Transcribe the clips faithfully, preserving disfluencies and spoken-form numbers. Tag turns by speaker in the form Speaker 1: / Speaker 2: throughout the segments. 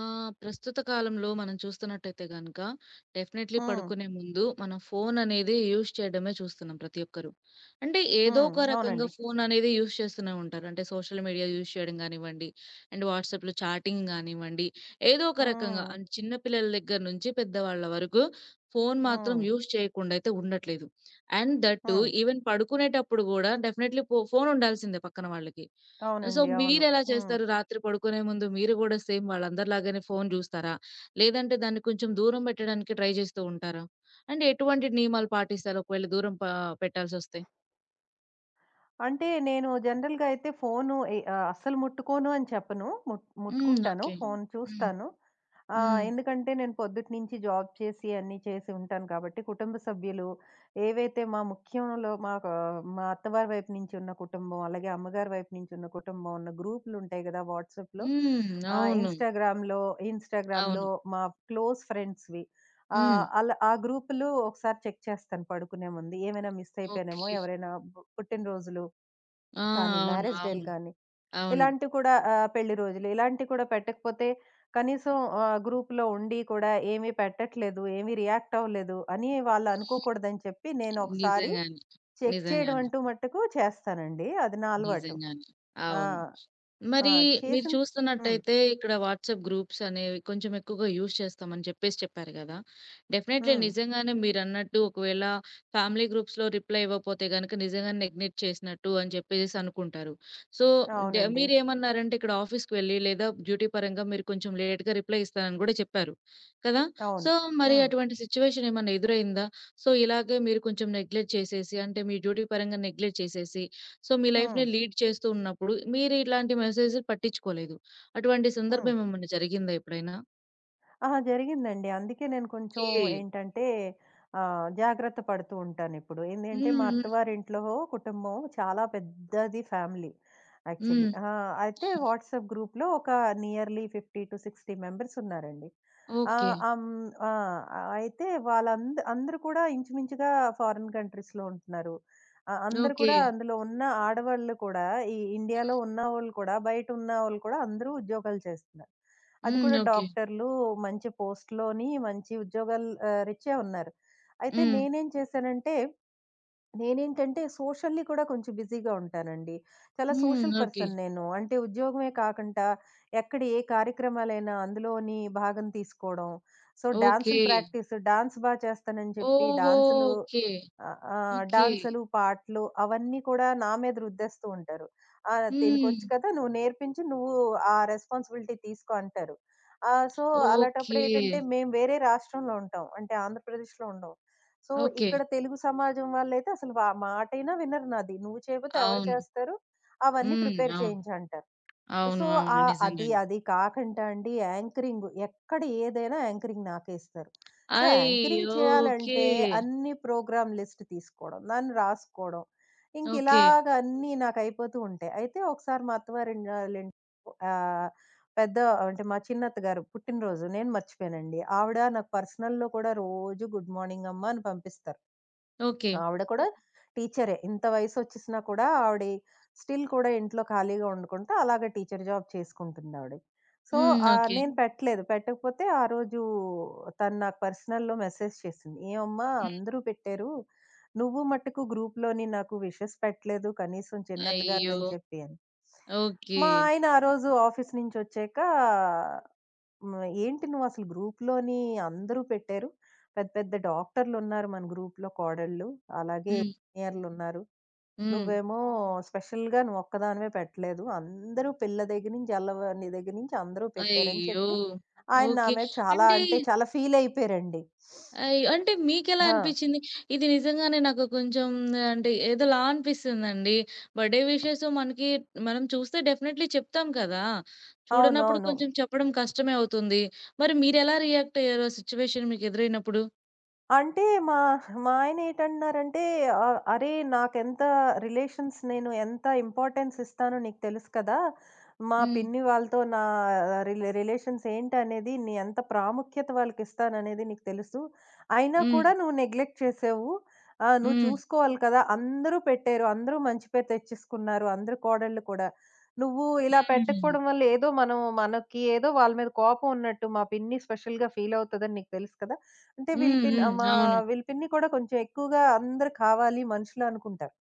Speaker 1: ఆ! ప్రస్తుత కాలంలో మనం చూస్తున్నట్టయితే గనక డెఫినైట్‌లీ
Speaker 2: హ్మ్.
Speaker 1: పడుకునే ముందు మనం ఫోననేది యూజ్ చేయడమే చూస్తున్నాం ప్రతి ఒక్కరు. అంటే ఏదో
Speaker 2: హ్మ్.
Speaker 1: ఒక రకంగా
Speaker 2: అవునండి.
Speaker 1: ఫోననేది యూజ్ చేస్తూనే ఉంటారు. అంటే సోషల్ మీడియా యూజ్ చేయడం గానివ్వండి, అండ్ వాట్సాప్‌లో చాటింగ్ గానివ్వండి, ఏదో ఒక రకంగా
Speaker 2: హ్మ్.
Speaker 1: అండ్ చిన్న పిల్లల దగ్గర నుంచి పెద్దవాళ్ళ వరకు ఫోను మాత్రం
Speaker 2: హ్మ్.
Speaker 1: యూజ్ చేయకుండా అయితే ఉండట్లేదు. And that too
Speaker 2: hmm.
Speaker 1: Even పడుకునేటప్పుడు గూడా డెఫినైట్‌లీ పో ఫోనుండాల్సిందే పక్కన వాళ్ళకి. సో,
Speaker 2: అవునండి. అవును.
Speaker 1: మీరెలా
Speaker 2: హ్మ్.
Speaker 1: చేస్తారు? రాత్రి పడుకునే ముందు మీరు గూడా సేమ్ వాళ్ళందరిలాగానే ఫోను జూస్తారా? లేదంటే దాన్ని కొంచెం దూరం పెట్టడానికి ట్రై జేస్తూ ఉంటారా? అండ్ ఎటువంటి నియమాలు పాటిస్తారు ఒకవేళ దూరం పా పెట్టాల్సొస్తే?
Speaker 2: అంటే నేను జనరల్‌గా అయితే ఫోను ఎ ఆహ్, అస్సలు ముట్టుకోను అని చెప్పను. ముట్
Speaker 1: హ్మ్.
Speaker 2: ముట్టుకుంటాను.
Speaker 1: ఓకే.
Speaker 2: హ్మ్. ఫోను
Speaker 1: హ్మ్.
Speaker 2: చూస్తాను. ఆహ్,
Speaker 1: హ్మ్.
Speaker 2: ఎందుకంటే నేను పొద్దుటినుంచి జాబ్ చేసి అన్నీ చేసి ఉంటాను కాబట్టి, కుటుంబ సభ్యులు ఏవైతే మా ముఖ్యంలో మాకు మా అత్తవారి వైపు నుంచి ఉన్న కుటుంబం, అలాగే అమ్మగారి వైపు నుంచి ఉన్న కుటుంబం ఉన్న గ్రూపులు ఉంటాయి గదా! వాట్సాప్‌లో.
Speaker 1: హ్మ్.
Speaker 2: ఆహ్, అవును.
Speaker 1: అవును.
Speaker 2: ఇన్‌స్టాగ్రామ్‌లో, ఇన్‌స్టాగ్రామ్‌లో
Speaker 1: అవును.
Speaker 2: మా క్లోజ్ ఫ్రెండ్స్‌వి.
Speaker 1: హ్మ్.
Speaker 2: ఆహ్, అలా ఆ గ్రూపులు ఒకసారి చెక్ చేస్తాను పడుకునే ముందు. ఏమైనా మిస్ అయిపోయానేమో
Speaker 1: ఓకే.
Speaker 2: ఎవరైనా పు పుట్టినరోజులు
Speaker 1: ఆ!
Speaker 2: కానీ
Speaker 1: అవును.
Speaker 2: మ్యారేజ్ డేలు
Speaker 1: అవును.
Speaker 2: గానీ,
Speaker 1: అవును.
Speaker 2: ఇలాంటివి కూడా ఆహ్, పెళ్లి రోజులు ఇలాంటివి కూడా పెట్టకపోతే కనీసం ఆహ్, గ్రూప్‌లో ఉండి కూడా ఏమీ పెట్టట్లేదు, ఏమీ రియాక్ట్ అవ్వలేదు అని వాళ్ళు అనుకోకూడదని చెప్పి నేను ఒకసారి
Speaker 1: నిజంగానే.
Speaker 2: చెక్ చేయడం
Speaker 1: నిజంగానే.
Speaker 2: అంటూ మట్టుకు చేస్తానండి. అది నా అలవాటు.
Speaker 1: నిజంగానే.
Speaker 2: ఆ!
Speaker 1: అవును.
Speaker 2: ఆ!
Speaker 1: మరి మీరు
Speaker 2: చేసిన హ్మ్.
Speaker 1: చూస్తున్నట్టయితే ఇక్కడ వాట్సాప్ గ్రూప్స్ అనేవి కొంచెం ఎక్కువగా యూజ్ చేస్తామని చెప్పేసి చెప్పారు కదా! డెఫినైట్లీ
Speaker 2: హ్మ్.
Speaker 1: నిజంగానే మీరన్నట్టు ఒకవేళ ఫ్యామిలీ గ్రూప్స్‌లో రిప్లై ఇవ్వకపోతే గనక నిజంగానే నెగ్లెక్ట్ చేసినట్టు అని చెప్పేసేసి అనుకుంటారు. సో, డె
Speaker 2: అవునండి.
Speaker 1: మీరేమన్నారంటే ఇక్కడ ఆఫీస్‌కి వెళ్లి లేదా డ్యూటీ పరంగా మీరు కొంచెం లేట్‌గా రిప్లై ఇస్తానని గూడా చెప్పారు కదా! సో,
Speaker 2: అవును.
Speaker 1: మరి
Speaker 2: హ్మ్.
Speaker 1: అటువంటి సిట్యుయేషన్ ఏమన్నా ఎదురైందా? సో, ఇలాగే మీరు కొంచెం నెగ్లెక్ట్ చేసేసి అంటే మీ డ్యూటీ పరంగా నెగ్లెక్ట్ చేసేసి సో, మీ
Speaker 2: హ్మ్.
Speaker 1: లైఫ్‌ని లీడ్ చేస్తూ ఉన్నప్పుడు మీరు ఇట్లాంటి మెసేజ్‌లు పట్టించుకోలేదు. అటువంటి
Speaker 2: హ్మ్.
Speaker 1: సందర్భం ఏమన్నా జరిగిందా ఎప్పుడైనా?
Speaker 2: అహా! జరిగిందండి. అందుకే నేను కొంచెం
Speaker 1: ఓకే.
Speaker 2: ఏంటంటే ఆహ్, జాగ్రత్త పడుతూ ఉంటానిప్పుడు. ఏందంటే
Speaker 1: హ్మ్.
Speaker 2: మా
Speaker 1: హ్మ్.
Speaker 2: అత్తవారింట్లో కుటుంబం చాలా పెద్దది ఫ్యామిలీ యాక్చువల్లీ.
Speaker 1: హ్మ్.
Speaker 2: ఆ! అయితే వాట్సాప్ గ్రూప్‌లో ఒక నియర్‌లీ యాభై అరవై మెంబర్స్ ఉన్నారండి.
Speaker 1: ఓకే.
Speaker 2: ఆహ్, అమ్ ఆ! అయితే వాళ్ళంద అందరూ కూడా ఇంచుమించుగా ఫారిన్ కంట్రీస్‌లో ఉంటున్నారు. ఆహ్, అందరూ
Speaker 1: ఓకే.
Speaker 2: కూడా అందులో ఉన్న ఆడవాళ్ళు కూడా ఈ ఇండియాలో ఉన్నవాళ్ళు కూడా, బయట ఉన్నవాళ్ళు కూడా అందరూ ఉద్యోగాలు చేస్తున్నారు. అది
Speaker 1: హ్మ్.
Speaker 2: కూడా
Speaker 1: ఓకే.
Speaker 2: డాక్టర్లు మంచి పోస్ట్‌లోని మంచి ఉద్యోగాలు ఆహ్, రీత్యా ఉన్నారు. అయితే
Speaker 1: హ్మ్.
Speaker 2: నేనేం చేశానంటే, నేనేంటంటే సోషల్లీ కూడా కొంచెం బిజీగా ఉంటానండి. చాలా
Speaker 1: హ్మ్.
Speaker 2: Social
Speaker 1: okay.
Speaker 2: పర్సన్ నేను. అంటే ఉద్యోగమే కాకుండా ఎక్కడ ఏ కార్యక్రమాలైనా అందులోని భాగం తీసుకోవడం. So,
Speaker 1: okay.
Speaker 2: డాన్సులు ప్రాక్టీస్ డాన్స్ బా చేస్తానని చెప్పి
Speaker 1: ఓహో!
Speaker 2: డాన్సులు
Speaker 1: ఓకే.
Speaker 2: ఆ! ఆ!
Speaker 1: ఓకే.
Speaker 2: డాన్సులు, పాటలు అవన్నీ కూడా నా మీద రుద్దేస్తూ ఉంటారు. "ఆ!
Speaker 1: హ్మ్.
Speaker 2: దీనికొచ్చు కదా! నువ్వు నేర్పించి నువ్వు ఆ రెస్పాన్సిబిలిటీ తీసుకో" అంటారు. ఆహ్, సో,
Speaker 1: ఓకే.
Speaker 2: అలాటప్పుడేంటంటే మేము వేరే రాష్ట్రంలో ఉంటాం. అంటే ఆంధ్రప్రదేశ్‌లో ఉండం. So,
Speaker 1: okay.
Speaker 2: ఇక్కడ తెలుగు సమాజం వాళ్ళైతే అసలు వ మాటైనా వినరు నాది. "నువ్వు చేయపోతే ఎవరు
Speaker 1: అవును.
Speaker 2: చేస్తారు? అవన్నీ
Speaker 1: హ్మ్.
Speaker 2: ప్రిపేర్
Speaker 1: అవును.
Speaker 2: చేయించంటారు." సో,
Speaker 1: అవును. అవును.
Speaker 2: ఆహ్, అది
Speaker 1: నిజంగానే.
Speaker 2: అది కాకంట అండి యాంకరింగ్ ఎక్కడ ఏదైనా యాంకరింగ్ నాకే ఇస్తారు. సో, యాంకరింగ్
Speaker 1: అయ్యో! ఓకే.
Speaker 2: చేయాలంటే అన్ని ప్రోగ్రామ్ లిస్ట్ తీసుకోవడం, దాన్ని రాసుకోవడం, ఇంక
Speaker 1: ఓకే.
Speaker 2: ఇలాగ అన్నీ నాకైపోతూ ఉంటాయి. అయితే ఒకసారి మా అత్తవారింగాలిం ఆహ్, పెద్ద అంటే మా చిన్నత్తగారు పుట్టినరోజు నేను మర్చిపోయానండి. ఆవిడ నాకు పర్సనల్‌లో కూడా రోజు గుడ్ మార్నింగ్ అమ్మ అని పంపిస్తారు.
Speaker 1: ఓకే.
Speaker 2: ఆవిడ కూడా టీచరే. ఇంత వయసొచ్చేసినా కూడా ఆవిడ స్టిల్ కూడా ఇంట్లో ఖాళీగా ఉండకుండా అలాగే టీచర్ జాబ్ చేసుకుంటుందావిడ. సో,
Speaker 1: హ్మ్.
Speaker 2: ఆహ్,
Speaker 1: ఓకే.
Speaker 2: నేను పెట్టలేదు. పెట్టకపోతే ఆ రోజు తను నాకు పర్సనల్‌లో మెసేజ్ చేసింది. "ఏవమ్మా
Speaker 1: హ్మ్.
Speaker 2: అందరూ పెట్టారు. నువ్వు మట్టుకు గ్రూప్‌లోని నాకు విషెస్ పెట్టలేదు కనీసం చిన్నత్త
Speaker 1: అయ్యో!
Speaker 2: గారినని" చెప్పి అని.
Speaker 1: ఓకే.
Speaker 2: మా ఆయన ఆ రోజు ఆఫీస్ నుంచొచ్చాక హ్మ్. ఏంటి నువ్వసలు గ్రూప్‌లోని అందరూ పెట్టారు. పెద్ద పెద్ద డాక్టర్లున్నారు మన గ్రూప్‌లో కోడళ్ళు. అలాగే
Speaker 1: హ్మ్.
Speaker 2: ఇంజినీర్లున్నారు.
Speaker 1: హ్మ్.
Speaker 2: నువ్వేమో స్పెషల్‌గా నువ్వొక్కదానివే పెట్టలేదు. అందరూ పిల్ల దగ్గర నుంచి, అల్లవారి దగ్గర నుంచి అందరూ పెట్టారని
Speaker 1: అయ్యో!
Speaker 2: చెప్పి ఆయన నా
Speaker 1: ఓకే.
Speaker 2: మీద చాలా
Speaker 1: అంటే
Speaker 2: అంటే చాలా ఫీలయిపోయారండి.
Speaker 1: అయ్ అంటే మీకెలా
Speaker 2: ఆ!
Speaker 1: అనిపిచ్చింది? ఇది నిజంగానే నాకు కొంచెం అంటే ఏదోలా అనిపిస్తుందండి. బర్త్‌డే విషెస్ మనకి మనం చూస్తే డెఫినైట్‌లీ చెప్తాం కదా! చూడనప్పుడు
Speaker 2: అవునవును.
Speaker 1: కొంచెం చెప్పడం కష్టమే అవుతుంది. మరి మీరెలా రియాక్ట్ అయ్యారు? ఆ సిట్యుయేషన్ మీకెదురైనప్పుడు?
Speaker 2: అంటే మా మా ఆయనేటంటున్నారంటే, ఆహ్, "అరేయ్! నాకెంత రిలేషన్స్ నేను ఎంత ఇంపార్టెన్స్ ఇస్తానో నీకు తెలుసు కదా! మా
Speaker 1: హ్మ్.
Speaker 2: పిన్ని వాళ్ళతో నా రిలే రిలేషన్స్ ఏంటనేది, నీ ఎంత ప్రాముఖ్యత వాళ్ళకిస్తాననేది నీకు తెలుసు. అయినా
Speaker 1: హ్మ్.
Speaker 2: కూడా నువ్వు నెగ్లెక్ట్ చేసావు. ఆహ్, నువ్వు
Speaker 1: హ్మ్.
Speaker 2: చూసుకోవాలి కదా! అందరూ పెట్టారు. అందరూ మంచి పేరు తెచ్చేసుకున్నారు. అందరు కోడళ్ళు కూడా. నువ్వు ఇలా
Speaker 1: హ్మ్.
Speaker 2: పెట్టకపోవడం వల్ల ఏదో మనం మనకి ఏదో వాళ్ళ మీద కోపం ఉన్నట్టు మా పిన్ని స్పెషల్‌గా ఫీల్ అవుతదని నీకు తెలుసు కదా! అంటే వీళ్ళ
Speaker 1: హ్మ్.
Speaker 2: పిన్
Speaker 1: హ్మ్.
Speaker 2: ఆహ్, మా
Speaker 1: అవును.
Speaker 2: వీళ్ళ పిన్ని కూడా కొంచెం ఎక్కువగా అందరూ కావాలి మనుషులు అనుకుంటారు.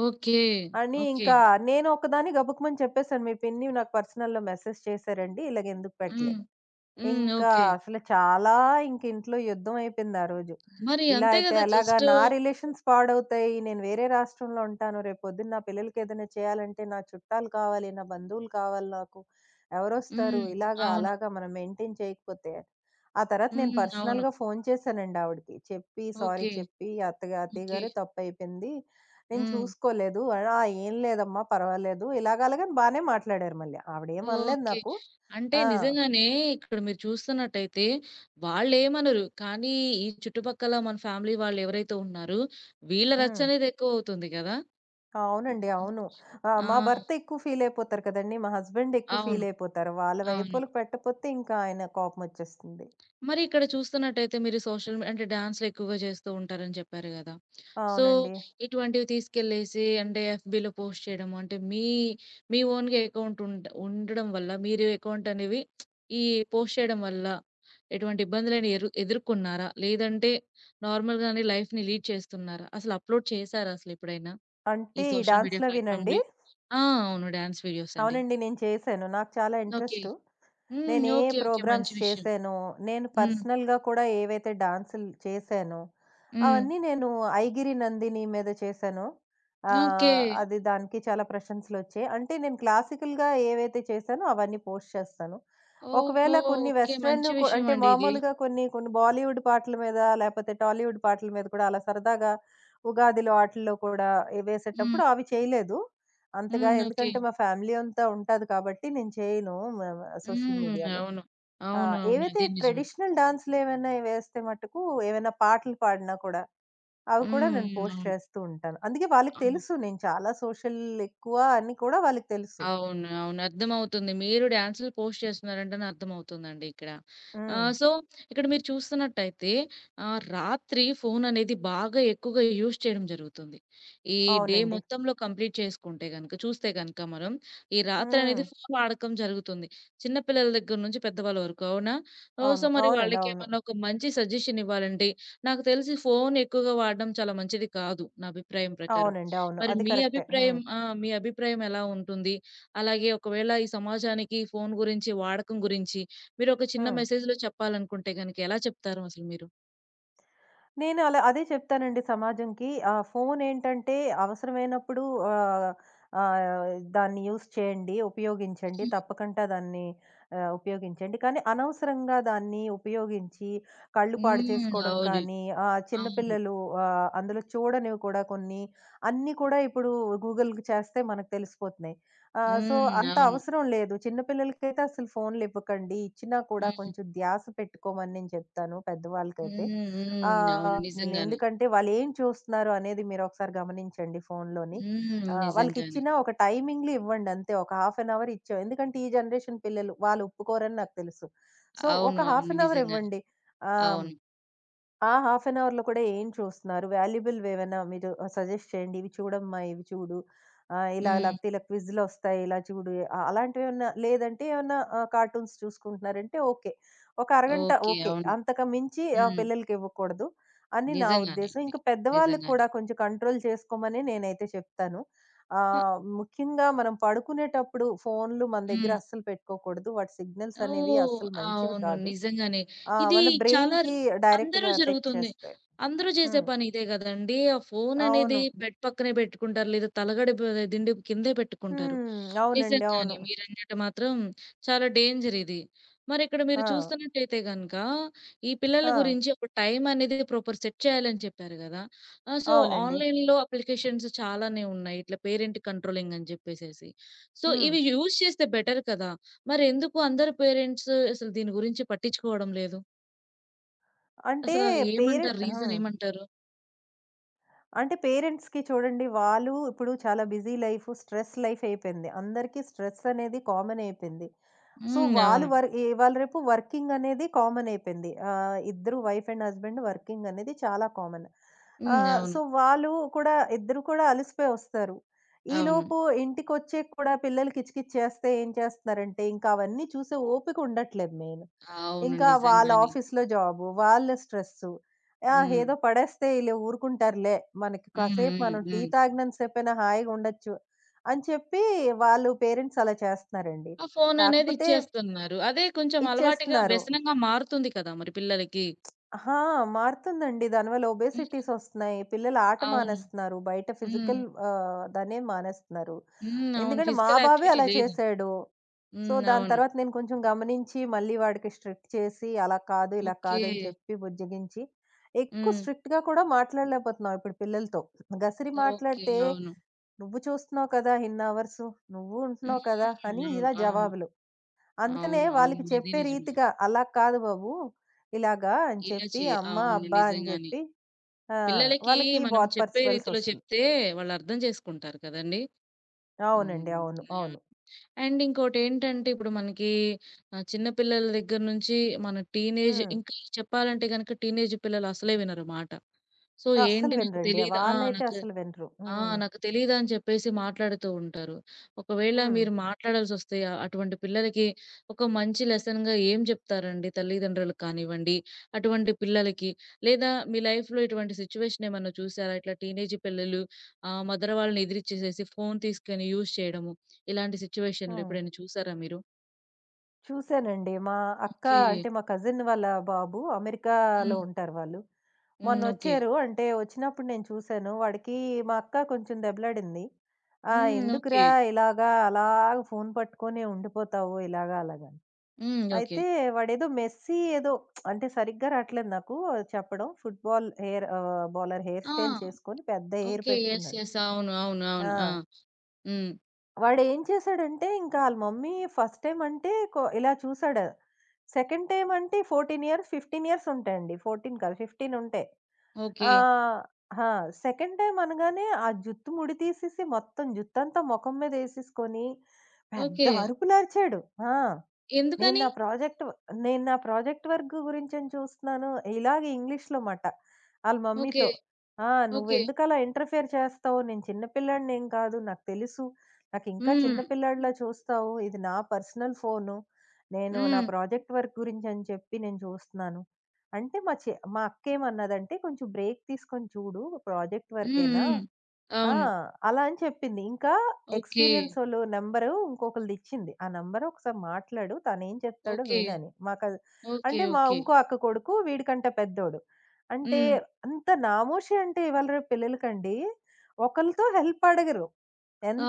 Speaker 1: ఓకే.
Speaker 2: అని
Speaker 1: ఓకే.
Speaker 2: ఇంకా నేను ఒక్కదాన్ని గబుక్కుమని చెప్పేసాను. మీ పిన్ని నాకు పర్సనల్‌లో మెసేజ్ చేశారండి. ఇలాగ ఎందుకు
Speaker 1: హ్మ్.
Speaker 2: పెట్టలేదు.
Speaker 1: హ్మ్.
Speaker 2: ఇంకా
Speaker 1: ఓకే.
Speaker 2: అసలు చాలా ఇంక ఇంట్లో యుద్ధం అయిపోయింది ఆ రోజు.
Speaker 1: మరి
Speaker 2: ఇలా
Speaker 1: అంతే
Speaker 2: అయితే
Speaker 1: గదా!
Speaker 2: ఎలాగా
Speaker 1: జస్టు
Speaker 2: నా రిలేషన్స్ పాడవుతాయి. నేను వేరే రాష్ట్రంలో ఉంటాను. రేపొద్దున్న నా పిల్లలకేదైనా చేయాలంటే నా చుట్టాలు కావాలి, నా బంధువులు కావాలి నాకు. ఎవరొస్తారు?
Speaker 1: హ్మ్.
Speaker 2: ఇలాగా,
Speaker 1: అవును.
Speaker 2: అలాగా మనం మెయింటైన్ చేయకపోతే. ఆ తర్వాత నేను
Speaker 1: హ్మ్. అవును.
Speaker 2: పర్సనల్‌గా ఫోన్ చేశానండి ఆవిడకి. చెప్పి సారీ
Speaker 1: ఓకే.
Speaker 2: చెప్పి "అత్తగా అత్తయ్య
Speaker 1: ఓకే.
Speaker 2: గారు తప్పయిపోయింది. నేను
Speaker 1: హ్మ్.
Speaker 2: చూసుకోలేదు." అని "ఆ! ఏం లేదమ్మా పర్వాలేదు." ఇలాగ అలాగని బానే మాట్లాడారు మళ్ళీ. ఆవిడేమనలేదు
Speaker 1: ఓకే.
Speaker 2: నాకు.
Speaker 1: అంటే
Speaker 2: ఆ!
Speaker 1: నిజంగానే ఇక్కడ మీరు చూస్తున్నట్టయితే వాళ్ళేమనరు. కానీ ఈ చుట్టుపక్కల మన ఫ్యామిలీ వాళ్ళెవరైతే ఉన్నారో వీళ్ళ రచ్చ
Speaker 2: హ్మ్.
Speaker 1: అనేది ఎక్కువవుతుంది గదా!
Speaker 2: అవునండి.
Speaker 1: హ్మ్.
Speaker 2: అవును. ఆహ్,
Speaker 1: ఆ!
Speaker 2: మా భర్త ఎక్కువ ఫీలయిపోతారు కదండీ! మా హస్బెండ్ ఎక్కువ
Speaker 1: అవును.
Speaker 2: ఫీలయిపోతారు. వాళ్ళ
Speaker 1: అవును.
Speaker 2: వైపోలకి పెట్టపోతే ఇంకా ఆయన కోపమొచ్చేస్తుంది.
Speaker 1: మరి ఇక్కడ చూస్తున్నట్టయితే మీరు సోషల్ మీ అంటే డాన్స్‌లు ఎక్కువగా చేస్తూ ఉంటారని చెప్పారు గదా! సో,
Speaker 2: అవునండి.
Speaker 1: ఇటువంటివి తీసుకెళ్ళేసి అంటే ఎఫ్‌బీలో పోస్ట్ చేయడము అంటే మీ మీ ఓన్‌గా అకౌంట్ ఉండ ఉండడం వల్ల మీరు అకౌంట్ అనేవి ఈ పోస్ట్ చేయడం వల్ల ఎటువంటి ఇబ్బందులైనా ఎరు ఎదుర్కొన్నారా? లేదంటే నార్మల్‌గానే లైఫ్‌ని లీడ్ చేస్తున్నారా? అసలు అప్‌లోడ్ చేసారా అసలెప్పుడైనా? ఈ
Speaker 2: అంటే ఈ
Speaker 1: సోషల్ మీడియా
Speaker 2: డాన్స్‌లవినండి?
Speaker 1: ప్లాట్‌ఫామ్‌లవి? ఆ! అవును. డాన్స్ వీడియోస్ అండి.
Speaker 2: అవునండి. నేను చేశాను. నాకు చాలా
Speaker 1: ఓకే.
Speaker 2: ఇంట్రెస్టు.
Speaker 1: హ్మ్.
Speaker 2: నేను ఏ
Speaker 1: ఓకే. ఓకే. మంచి
Speaker 2: ప్రోగ్రామ్స్
Speaker 1: విషయం.
Speaker 2: చేశానో, నేను
Speaker 1: హ్మ్.
Speaker 2: పర్సనల్‌గా కూడా ఏవైతే డాన్సులు చేశానో,
Speaker 1: హ్మ్.
Speaker 2: అవన్నీ నేను 'ఐగిరి నందిని' మీద చేశానో,
Speaker 1: ఓకే.
Speaker 2: ఆహ్, అది దానికి చాలా ప్రశంసలొచ్చాయి. అంటే నేను క్లాసికల్‌గా ఏవైతే చేశానో అవన్నీ పోస్ట్ చేస్తాను.
Speaker 1: ఓహో!
Speaker 2: ఒకవేళ కొన్ని
Speaker 1: ఓకే.
Speaker 2: వెస్టర్న్
Speaker 1: మంచి
Speaker 2: కొ అంటే
Speaker 1: విషయమండి ఇది.
Speaker 2: మామూలుగా కొన్ని, కొన్ని బాలీవుడ్ పాటల మీద లేపోతే టాలీవుడ్ పాటల మీద కూడా అలా సరదాగా ఉగాదిలో ఆటిల్లో కూడా ఎ
Speaker 1: హ్మ్.
Speaker 2: వేసేటప్పుడు అవి చేయలేదు. అంతగా
Speaker 1: హ్మ్. ఓకే.
Speaker 2: ఎందుకంటే మా ఫ్యామిలీ అంతా ఉంటాది కాబట్టి నేను చేయను మ సోషల్
Speaker 1: హ్మ్.
Speaker 2: మీడియాలో.
Speaker 1: అవును.
Speaker 2: ఆ!
Speaker 1: అవును. అవును.
Speaker 2: ఏవైతే
Speaker 1: అది నిజమే.
Speaker 2: ట్రెడిషనల్ డాన్స్‌లేవైనా వేస్తే మట్టుకు ఏవైనా పాటలు పాడినా కూడా, అవి కూడా
Speaker 1: హ్మ్.
Speaker 2: నేను
Speaker 1: హ్మ్.
Speaker 2: పోస్ట్
Speaker 1: అవును.
Speaker 2: చేస్తూ ఉంటాను. అందుకే వాళ్ళకి
Speaker 1: ఆ!
Speaker 2: తెలుసు నేను చాలా సోషల్ ఎక్కువ అని కూడా వాళ్ళకి తెలుసు.
Speaker 1: అవును. అవును. అర్థమవుతుంది. మీరు డాన్సులు పోస్ట్ చేస్తున్నారంటేనే అర్థమవుతుందండి ఇక్కడ.
Speaker 2: హ్మ్.
Speaker 1: ఆహ్, సో, ఇక్కడ మీరు చూస్తున్నట్టయితే ఆహ్, రాత్రి ఫోననేది బాగా ఎక్కువగా యూజ్ చేయడం జరుగుతుంది. ఈ డే
Speaker 2: అవునండి.
Speaker 1: మొత్తంలో కంప్లీట్ చేసుకుంటే గనక చూస్తే గనక మనం ఈ
Speaker 2: హ్మ్.
Speaker 1: రాత్రనేది ఫోను వాడకం జరుగుతుంది. చిన్న పిల్లల దగ్గర నుంచి పెద్దవాళ్ళ వరకు అవునా? ఓహ్! సో,
Speaker 2: అవును.
Speaker 1: మరి
Speaker 2: అవునండి. అవును.
Speaker 1: వాళ్ళకేమన్నా ఒక మంచి సజెషన్ ఇవ్వాలంటే నాకు తెలిసి ఫోను ఎక్కువగా వాడడం చాలా మంచిది కాదు నా అభిప్రాయం ప్రకారం.
Speaker 2: అవునండి. అవును.
Speaker 1: మరి
Speaker 2: అది
Speaker 1: మీ
Speaker 2: కరెక్టే.
Speaker 1: అభిప్రాయం
Speaker 2: హ్మ్.
Speaker 1: ఆ! మీ అభిప్రాయం ఎలా ఉంటుంది? అలాగే ఒకవేళ ఈ సమాజానికి ఫోను గురించి, వాడకం గురించి మీరొక చిన్న
Speaker 2: హ్మ్.
Speaker 1: మెసేజ్‌లో చెప్పాలనుకుంటే గనక ఎలా చెప్తారు అసలు మీరు?
Speaker 2: నేను అలా అదే చెప్తానండి సమాజంకి. ఆహ్, ఫోనేంటంటే అవసరమైనప్పుడు ఆహ్, ఆహ్, దాన్ని యూజ్ చేయండి, ఉపయోగించండి.
Speaker 1: హ్మ్.
Speaker 2: తప్పకుండా దాన్ని ఆహ్, ఉపయోగించండి. కానీ అనవసరంగా దాన్ని ఉపయోగించి కళ్ళు పాడు
Speaker 1: హ్మ్.
Speaker 2: చేసుకోవడం
Speaker 1: అవును.
Speaker 2: కానీ, ఆహ్, చిన్న
Speaker 1: అవును.
Speaker 2: పిల్లలు ఆహ్, అందులో చూడనివి కూడా కొన్ని, అన్నీ కూడా ఇప్పుడు గూగుల్‌కి చేస్తే మనకు తెలిసిపోతున్నాయి. ఆహ్, సో,
Speaker 1: హ్మ్.
Speaker 2: అంత
Speaker 1: అవును.
Speaker 2: అవసరం లేదు. చిన్న పిల్లలకైతే అసలు ఫోన్‌లివ్వకండి. ఇచ్చినా కూడా
Speaker 1: హ్మ్.
Speaker 2: కొంచెం ధ్యాస పెట్టుకోమని నేను చెప్తాను
Speaker 1: హ్మ్.
Speaker 2: పెద్దవాళ్ళకైతే.
Speaker 1: హ్మ్. అవును.
Speaker 2: ఆహ్, హ్మ్.
Speaker 1: నిజంగానే.
Speaker 2: ఎందుకంటే వాళ్ళేం చూస్తున్నారు అనేది మీరొకసారి గమనించండి ఫోనులోని.
Speaker 1: హ్మ్.
Speaker 2: ఆహ్,
Speaker 1: నిజంగానే.
Speaker 2: వాళ్ళకిచ్చిన ఒక టైమింగ్‌లు ఇవ్వండి అంతే. ఒక హాఫ్ ఎన్ అవర్ ఇచ్చాం. ఎందుకంటే ఈ జనరేషన్ పిల్లలు వాళ్ళు ఒప్పుకోరని నాకు తెలుసు. సో,
Speaker 1: అవును.
Speaker 2: ఒక
Speaker 1: అవును.
Speaker 2: హాఫ్ ఎన్ అవర్
Speaker 1: నిజంగానే.
Speaker 2: ఇవ్వండి. ఆహ్
Speaker 1: అవును.
Speaker 2: ఆ! హాఫ్ అన్ అవర్‌లో కూడా ఏం చూస్తున్నారు? వాల్యుబుల్‌వేవన్నా మీరు సజెస్ట్ చేయండి. ఇవి చూడమ్మా, ఇవి చూడు. ఆహ్, ఇలా
Speaker 1: హ్మ్.
Speaker 2: లేకపోతే ఇలా క్విజ్‌లొస్తాయి. ఇలా చూడు. అ అలాంటివేమన్నా లేదంటే ఏమన్నా ఆహ్, కార్టూన్స్ చూసుకుంటున్నారంటే ఓకే. ఒక అరగంట
Speaker 1: ఓకే.
Speaker 2: ఓకే.
Speaker 1: అవును.
Speaker 2: అంతకు మించి ఆహ్,
Speaker 1: హ్మ్.
Speaker 2: పిల్లలకివ్వకూడదు అని నా
Speaker 1: నిజంగానే
Speaker 2: ఉద్దేశం.
Speaker 1: అండి.
Speaker 2: ఇంకా పెద్దవాళ్ళకి
Speaker 1: నిజంగానే.
Speaker 2: కూడా కొంచెం కంట్రోల్ చేసుకోమనే నేనైతే చెప్తాను.
Speaker 1: ఆ!
Speaker 2: ఆహ్, ముఖ్యంగా మనం పడుకునేటప్పుడు ఫోన్‌లు మన దగ్గర
Speaker 1: హ్మ్.
Speaker 2: అస్సలు పెట్టుకోకూడదు. వాటి సిగ్నల్స్ అనేవి
Speaker 1: ఓహ్!
Speaker 2: అస్సలు మంచివి
Speaker 1: అవును.
Speaker 2: కాదు.
Speaker 1: నిజంగానే.
Speaker 2: ఆ!
Speaker 1: ఇది
Speaker 2: మన
Speaker 1: చాలా ర్
Speaker 2: బ్రెయిన్‌కి
Speaker 1: అందరూ
Speaker 2: డైరెక్ట్‌గా ఎఫెక్ట్
Speaker 1: జరుగుతుంది.
Speaker 2: చేస్తాయి.
Speaker 1: అందరూ చేసే
Speaker 2: హ్మ్.
Speaker 1: పని ఇదే గదండీ! ఆ ఫోన్ అనేది
Speaker 2: అవును.
Speaker 1: బెడ్ పక్కనే పెట్టుకుంటారు. లేదా తలగడ బ దిండు కిందే పెట్టుకుంటారు.
Speaker 2: హ్మ్. అవునండి.
Speaker 1: నిజంగానే
Speaker 2: అవును.
Speaker 1: మీరన్నట్టు మాత్రం చాలా డేంజర్ ఇది. మరిక్కడ మీరు
Speaker 2: ఆ!
Speaker 1: చూస్తున్నట్టయితే గనక, ఈ పిల్లల
Speaker 2: ఆ!
Speaker 1: గురించి ఒక టైం అనేది ప్రాపర్ సెట్ చేయాలని చెప్పారు గదా! ఆహ్, సో,
Speaker 2: అవునండి.
Speaker 1: ఆన్‌లైన్‌లో అప్లికేషన్స్ చాలానే ఉన్నాయి. ఇట్లా పేరెంట్ కంట్రోలింగ్ అని జెప్పేసేసి. సో,
Speaker 2: హ్మ్.
Speaker 1: ఇవి యూజ్ చేస్తే బెటర్ కదా! మరెందుకు అందరు పేరెంట్స్ అసలు దీని గురించి పట్టించుకోవడం లేదు?
Speaker 2: అంటే
Speaker 1: అసల
Speaker 2: పేరె
Speaker 1: ఏమంటారు? రీజన్
Speaker 2: హ్మ్.
Speaker 1: ఏమంటారు?
Speaker 2: అంటే పేరెంట్స్‌కి చూడండి వాళ్ళు ఇప్పుడు చాలా బిజీ లైఫ్, స్ట్రెస్ లైఫ్ అయిపోయింది. అందరికీ స్ట్రెస్ అనేది కామన్ అయిపోయింది. సో,
Speaker 1: హ్మ్. అవును.
Speaker 2: వాళ్ళు వర్ ఇవాళ రేపు వర్కింగ్ అనేది కామన్ అయిపోయింది. ఆహ్, ఇద్దరు వైఫ్ అండ్ హస్బెండ్ వర్కింగ్ అనేది చాలా కామన్.
Speaker 1: హ్మ్.
Speaker 2: ఆహ్,
Speaker 1: అవును.
Speaker 2: సో, వాళ్ళు కూడా ఇద్దరు కూడా అలసిపోయి వస్తారు.
Speaker 1: అవును.
Speaker 2: ఈలోపు ఇంటికొచ్చే కూడా పిల్లలు కిచకిచ్ చేస్తే ఏం చేస్తున్నారంటే, ఇంకా అవన్నీ చూసే ఓపిక ఉండట్లేదు మెయిన్.
Speaker 1: అవును.
Speaker 2: ఇంకా వాళ్ళ
Speaker 1: నిజంగానే.
Speaker 2: ఆఫీస్‌లో జాబు, వాళ్ళ స్ట్రెస్సు. ఆ!
Speaker 1: హ్మ్.
Speaker 2: ఏదో పడేస్తే ఈళ్ళు ఊరుకుంటారులే. మనకి
Speaker 1: హ్మ్.
Speaker 2: కాసేపు
Speaker 1: హ్మ్.
Speaker 2: మనం టీ
Speaker 1: హ్మ్.
Speaker 2: తాగినంత సేపైనా హాయిగా ఉండొచ్చు అని చెప్పి వాళ్ళు పేరెంట్స్ అలా చేస్తున్నారండి.
Speaker 1: ఆ ఫోననేది
Speaker 2: కాకపోతే
Speaker 1: ఇచ్చేస్తున్నారు. అదే కొంచెం అలవాటుగా
Speaker 2: ఇచ్చేస్తున్నారు.
Speaker 1: వ్యసనంగా మారుతుంది కదా! మరి పిల్లలకి.
Speaker 2: ఆ! మారుతుందండి. దానివల్ల
Speaker 1: హ్మ్.
Speaker 2: ఒబేసిటీస్ ఒస్తున్నాయి. పిల్లలు ఆట
Speaker 1: అవును.
Speaker 2: మానేస్తున్నారు. బయట
Speaker 1: హ్మ్.
Speaker 2: ఫిజికల్ ఆహ్, దాన్నేం మానేస్తున్నారు.
Speaker 1: హ్మ్. అవును.
Speaker 2: ఎందుకంటే మా
Speaker 1: ఫిజికల్
Speaker 2: బాబే
Speaker 1: యాక్టివిటీ
Speaker 2: అలా
Speaker 1: లేదు.
Speaker 2: చేశాడు. సో,
Speaker 1: హ్మ్.
Speaker 2: దాని
Speaker 1: అవును.
Speaker 2: తర్వాత నేను కొంచెం గమనించి, మళ్ళీ వాడికి స్ట్రిక్ట్ చేసి, అలా కాదు, ఇలా
Speaker 1: ఓకే.
Speaker 2: కాదని చెప్పి బుజ్జగించి, ఎక్కువ
Speaker 1: హ్మ్.
Speaker 2: స్ట్రిక్ట్‌గా కూడా మాట్లాడలేకపోతున్నాం ఇప్పుడు పిల్లలతో. గసిరి
Speaker 1: ఓకే.
Speaker 2: మాట్లాడితే,
Speaker 1: అవును.
Speaker 2: "నువ్వు చూస్తున్నావు కదా! ఇన్ని అవర్సు. నువ్వు
Speaker 1: హ్మ్.
Speaker 2: ఉంటున్నావు కదా!" అని
Speaker 1: అవును.
Speaker 2: ఇలా
Speaker 1: అవును.
Speaker 2: జవాబులు. అందుకనే
Speaker 1: అవును. అవును.
Speaker 2: వాళ్ళకి
Speaker 1: ఇది
Speaker 2: చెప్పే
Speaker 1: నిజమే.
Speaker 2: రీతిగా, "అలా కాదు బాబు, ఇలాగా" అని
Speaker 1: ఇలా
Speaker 2: చెప్పి,
Speaker 1: చే
Speaker 2: "అమ్మ,
Speaker 1: అవును.
Speaker 2: అబ్బా" అని
Speaker 1: నిజంగానే.
Speaker 2: చెప్పి ఆ!
Speaker 1: పిల్లలకి
Speaker 2: వాళ్ళకి
Speaker 1: మనం చెప్పే రీతిలో
Speaker 2: బోధపరచవలసొస్తుంది.
Speaker 1: చెప్తే వాళ్ళర్థం చేసుకుంటారు కదండీ!
Speaker 2: అవునండి.
Speaker 1: హ్మ్.
Speaker 2: అవును.
Speaker 1: యాహ్!
Speaker 2: అవును.
Speaker 1: అండ్ ఇంకోటేంటంటే ఇప్పుడు మనకి ఆహ్, చిన్న పిల్లల దగ్గర నుంచి మన టీనేజ్
Speaker 2: హ్మ్.
Speaker 1: ఇంకా చెప్పాలంటే గనక టీనేజ్ పిల్లలు అసలే వినరు మాట. సో,
Speaker 2: అస్సలు
Speaker 1: ఏంటి నాకు
Speaker 2: వినరండి.
Speaker 1: తెలీదా ఆ!
Speaker 2: వాళ్ళైతే
Speaker 1: నాకు
Speaker 2: అసలు వినరు.
Speaker 1: ఆ!
Speaker 2: హ్మ్.
Speaker 1: నాకు తెలీదని చెప్పేసి మాట్లాడుతూ ఉంటారు. ఒకవేళ
Speaker 2: హ్మ్.
Speaker 1: మీరు మాట్లాడాల్సొస్తే ఆహ్, అటువంటి పిల్లలకి ఒక మంచి లెసన్‌గా ఏం చెప్తారండి తల్లిదండ్రులకు కానివ్వండి, అటువంటి పిల్లలకి? లేదా మీ లైఫ్‌లో ఇటువంటి సిట్యుయేషన్ ఏమన్నా చూసారా? ఇట్లా టీనేజ్ పిల్లలు ఆహ్, మదర్ వాళ్ళని ఎదిరిచ్చేసేసి ఫోను తీసుకొని యూజ్ చేయడము. ఇలాంటి సిట్యుయేషన్‌లు
Speaker 2: హ్మ్.
Speaker 1: ఎప్పుడైనా చూసారా మీరు?
Speaker 2: చూసానండి. మా అక్క
Speaker 1: ఓకే.
Speaker 2: అంటే మా కజిన్ వాళ్ళ బాబు అమెరికాలో
Speaker 1: హ్మ్.
Speaker 2: ఉంటారు వాళ్ళు.
Speaker 1: హ్మ్. ఓకే.
Speaker 2: మొన్నొచ్చారు. అంటే వచ్చినప్పుడు నేను చూసాను. వాడికి మా అక్క కొంచెం దెబ్బలాడింది. "ఆహ్,
Speaker 1: హ్మ్. ఓకే.
Speaker 2: ఎందుకురా ఇలాగా అలాగ ఫోను పట్టుకొని ఉండిపోతావు ఇలాగా అలాగా" అని.
Speaker 1: హ్మ్. ఓకే.
Speaker 2: అయితే వాడేదో మెస్సీ ఏదో అంటే సరిగ్గా రాట్లేదు నాకు చెప్పడం. Football hair ah, bowler hair
Speaker 1: ఆ!
Speaker 2: స్టైల్ చేసుకొని పెద్ద హెయిర్
Speaker 1: ఓకే. యెస్.
Speaker 2: పెట్టుకున్నాడు.
Speaker 1: యెస్. అవును. అవును. అవును. ఆ!
Speaker 2: ఆ!
Speaker 1: హ్మ్.
Speaker 2: వాడేం చేశాడంటే, ఇంకా ఆళ్ళ మమ్మీ ఫస్ట్ టైమ్ అంటే కొ ఇలా చూసాడు. సెకండ్ టైమ్ అంటే పద్నాలుగు ఇయర్స్, పదిహేను ఇయర్స్ ఉంటాయండి. పద్నాలుగు కాదు పదిహేను ఉంటాయి.
Speaker 1: ఓకే.
Speaker 2: ఆహ్, ఆ! సెకండ్ టైమ్ అనగానే ఆ జుత్తు ముడి తీసేసి మొత్తం జుత్తంతా మొఖం మీద ఏసేసుకొని పెద్ద
Speaker 1: ఓకే.
Speaker 2: అరుపులరిచాడు. ఆ! నేను
Speaker 1: ఎందుకని?
Speaker 2: నా ప్రాజెక్ట్ వ- నేను నా ప్రాజెక్ట్ వర్క్ గురించని చూస్తున్నాను. ఇలాగే ఇంగ్లీష్‌లో మాట. ఆళ్ళ
Speaker 1: ఓకే.
Speaker 2: మమ్మీతో. "ఆ!
Speaker 1: ఓకే.
Speaker 2: నువ్వెందుకలా ఇంటర్‌ఫియర్ చేస్తావు? నేను చిన్న పిల్లాడినేం కాదు. నాకు తెలుసు. నాకింకా
Speaker 1: హ్మ్.
Speaker 2: చిన్న పిల్లాడిలా చూస్తావు. ఇది నా పర్సనల్ ఫోను. నేను నా
Speaker 1: హ్మ్.
Speaker 2: ప్రాజెక్ట్ వర్క్ గురించని చెప్పి నేను చూస్తున్నాను." అంటే మా చె మా అక్కేమన్నదంటే, "కొంచెం బ్రేక్ తీసుకొని చూడు. ప్రాజెక్ట్
Speaker 1: హ్మ్.
Speaker 2: వర్కేనా?
Speaker 1: హ్మ్.
Speaker 2: ఆ!
Speaker 1: అవును.
Speaker 2: అలా అని చెప్పింది. ఇంకా
Speaker 1: ఓకే.
Speaker 2: ఎక్స్‌పీరియన్సోళ్ళు నంబరు ఇంకొకళ్ళదిచ్చింది. ఆ నంబర్ ఒకసారి మాట్లాడు. తనేం చెప్తాడో
Speaker 1: ఓకే.
Speaker 2: వినని. మాకది
Speaker 1: ఓకే.
Speaker 2: అంటే మా
Speaker 1: ఓకే.
Speaker 2: ఇంకో అక్క కొడుకు వీడికంటే పెద్దోడు. అంటే
Speaker 1: హ్మ్.
Speaker 2: అంత నామోషి అంటే ఇవాళ రేపు పిల్లలకండి. ఒకళ్ళతో హెల్ప్ అడగరు.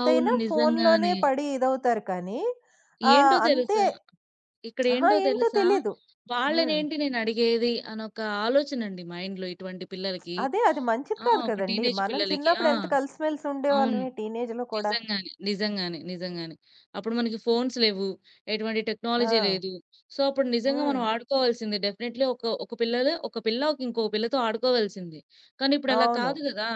Speaker 1: అవును.
Speaker 2: ఫోనులోనే
Speaker 1: నిజంగానే.
Speaker 2: పడి ఇదవుతారు కానీ
Speaker 1: ఏంటో
Speaker 2: ఆహ్, అంతే
Speaker 1: తెలుసా?
Speaker 2: అహా!
Speaker 1: ఇక్కడేంటో
Speaker 2: ఏంటో
Speaker 1: తెలుసా?
Speaker 2: తెలీదు. హ్మ్.
Speaker 1: వాళ్ళనేంటి నేనడిగేది అనొక ఆలోచనండి మైండ్‌లో ఇటువంటి పిల్లలకి.
Speaker 2: అదే అది మంచిది
Speaker 1: ఆ!
Speaker 2: కాదు
Speaker 1: ఒక
Speaker 2: కదండీ.
Speaker 1: టీనేజ్
Speaker 2: మనం
Speaker 1: పిల్లలకి. ఆ!
Speaker 2: చిన్నప్పుడు ఎంత కలిసిమెలిసి
Speaker 1: అవును.
Speaker 2: ఉండేవాళ్ళమే టీనేజ్‌లో కూడా.
Speaker 1: నిజంగానే. నిజంగానే. నిజంగానే. అప్పుడు మనకి ఫోన్స్ లేవు. ఎటువంటి టెక్నాలజీ
Speaker 2: ఆ!
Speaker 1: లేదు. సో, అప్పుడు నిజంగా
Speaker 2: హ్మ్.
Speaker 1: మనం ఆడుకోవాల్సిందే. డెఫినైట్‌లీ ఒక ఒక పిల్లలు ఒక పిల్ల ఇంకో పిల్లతో ఆడుకోవాల్సిందే. కానీ ఇప్పుడు అలా
Speaker 2: అవును.
Speaker 1: కాదు గదా!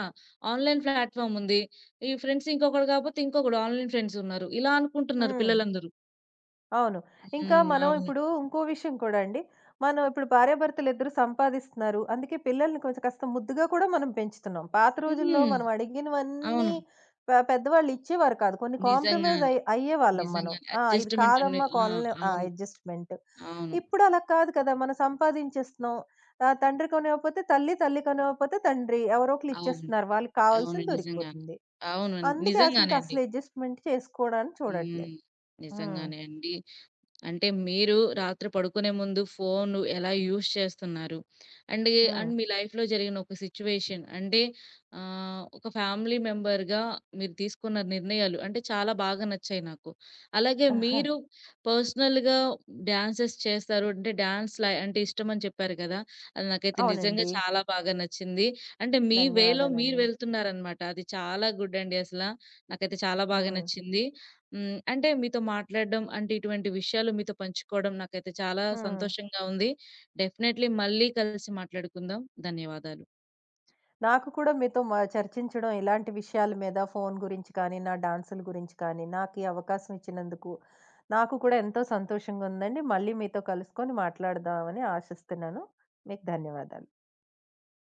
Speaker 1: ఆన్‌లైన్ ప్లాట్‌ఫామ్ ఉంది. ఈ ఫ్రెండ్స్ ఇంకొకడు కాకపోతే ఇంకొకడు ఆన్‌లైన్ ఫ్రెండ్స్ ఉన్నారు. ఇలా అనుకుంటున్నారు
Speaker 2: హ్మ్.
Speaker 1: పిల్లలందరూ.
Speaker 2: అవును. ఇంకా
Speaker 1: హ్మ్.
Speaker 2: మనం
Speaker 1: అవును.
Speaker 2: ఇప్పుడు ఇంకో విషయం కూడా అండి. మనం ఇప్పుడు భార్యాభర్తలిద్దరూ సంపాదిస్తున్నారు. అందుకే పిల్లల్ని కొంచెం కాస్త ముద్దుగా కూడా మనం పెంచుతున్నాం. పాత రోజుల్లో
Speaker 1: హ్మ్.
Speaker 2: మనం అడిగినవన్నీ
Speaker 1: అవును.
Speaker 2: పె పెద్దవాళ్ళు ఇచ్చేవారు కాదు. కొన్ని కాంప్రమైజ్
Speaker 1: నిజంగానే.
Speaker 2: అయ్యే అయ్యేవాళ్ళం మనం.
Speaker 1: నిజంగానే.
Speaker 2: ఆ! ఇది
Speaker 1: అడ్జస్ట్‌మెంట్ ఉంది.
Speaker 2: కాదమ్మా
Speaker 1: ఆ!
Speaker 2: కాలనీ ఆ!
Speaker 1: అవును.
Speaker 2: అడ్జస్ట్‌మెంట్.
Speaker 1: అవును.
Speaker 2: ఇప్పుడు అలా కాదు కదా! మనం సంపాదించేస్తున్నాం. ఆహ్, తండ్రి కొనివ్వకపోతే తల్లి, తల్లి కొనివ్వకపోతే తండ్రి. ఎవరో ఒకళ్ళు
Speaker 1: అవును.
Speaker 2: ఇచ్చేస్తున్నారు. వాళ్ళకి
Speaker 1: అవును.
Speaker 2: కావాల్సింది
Speaker 1: నిజంగానే.
Speaker 2: దొరికిపోతుంది.
Speaker 1: అవును.
Speaker 2: అందుకే అసలు
Speaker 1: నిజంగానే
Speaker 2: ఇంకా
Speaker 1: అండి.
Speaker 2: అసలు అడ్జస్ట్‌మెంట్ చేసుకోవడానికి చూడట్లేదు.
Speaker 1: హ్మ్.
Speaker 2: హ్మ్.
Speaker 1: నిజంగానే అండి. అంటే మీరు రాత్రి పడుకునే ముందు ఫోన్ ఎలా యూజ్ చేస్తున్నారు? అండ్,
Speaker 2: హ్మ్.
Speaker 1: అండ్ మీ లైఫ్‌లో జరిగిన ఒక సిట్యుయేషన్ అంటే ఆహ్, ఒక ఫ్యామిలీ మెంబర్‌గా మీరు తీసుకున్న నిర్ణయాలు అంటే చాలా బాగా నచ్చాయి నాకు. అలాగే
Speaker 2: ఆహా!
Speaker 1: మీరు పర్సనల్‌గా డాన్సెస్ చేస్తారు. అంటే డాన్స్‌ల అంటే ఇష్టమని చెప్పారు కదా! అది నాకైతే నిజంగా
Speaker 2: అవునండి.
Speaker 1: చాలా బాగా నచ్చింది. అంటే మీ వేలో మీరు
Speaker 2: ధన్యవాదాలండి.
Speaker 1: వెళ్తున్నారనమాట. అది చాలా గుడ్ అండి అసల. నాకైతే చాలా బాగా
Speaker 2: హ్మ్.
Speaker 1: నచ్చింది. హ్మ్. అంటే మీతో మాట్లాడడం అంటే ఇటువంటి విషయాలు మీతో పంచుకోవడం నాకైతే చాలా
Speaker 2: హ్మ్.
Speaker 1: సంతోషంగా ఉంది. డెఫినైట్‌లీ మళ్ళీ కలిసి మాట్లాడుకుందాం. ధన్యవాదాలు.
Speaker 2: నాకు కూడా మీతో మ చర్చించడం ఇలాంటి విషయాల మీద ఫోను గురించి కానీ, నా డాన్సుల గురించి కానీ, నాకీ అవకాశం ఇచ్చినందుకు నాకు కూడా ఎంతో సంతోషంగా ఉందండి. మళ్ళీ మీతో కలుసుకొని మాట్లాడదామని ఆశిస్తున్నాను. మీకు ధన్యవాదాలు.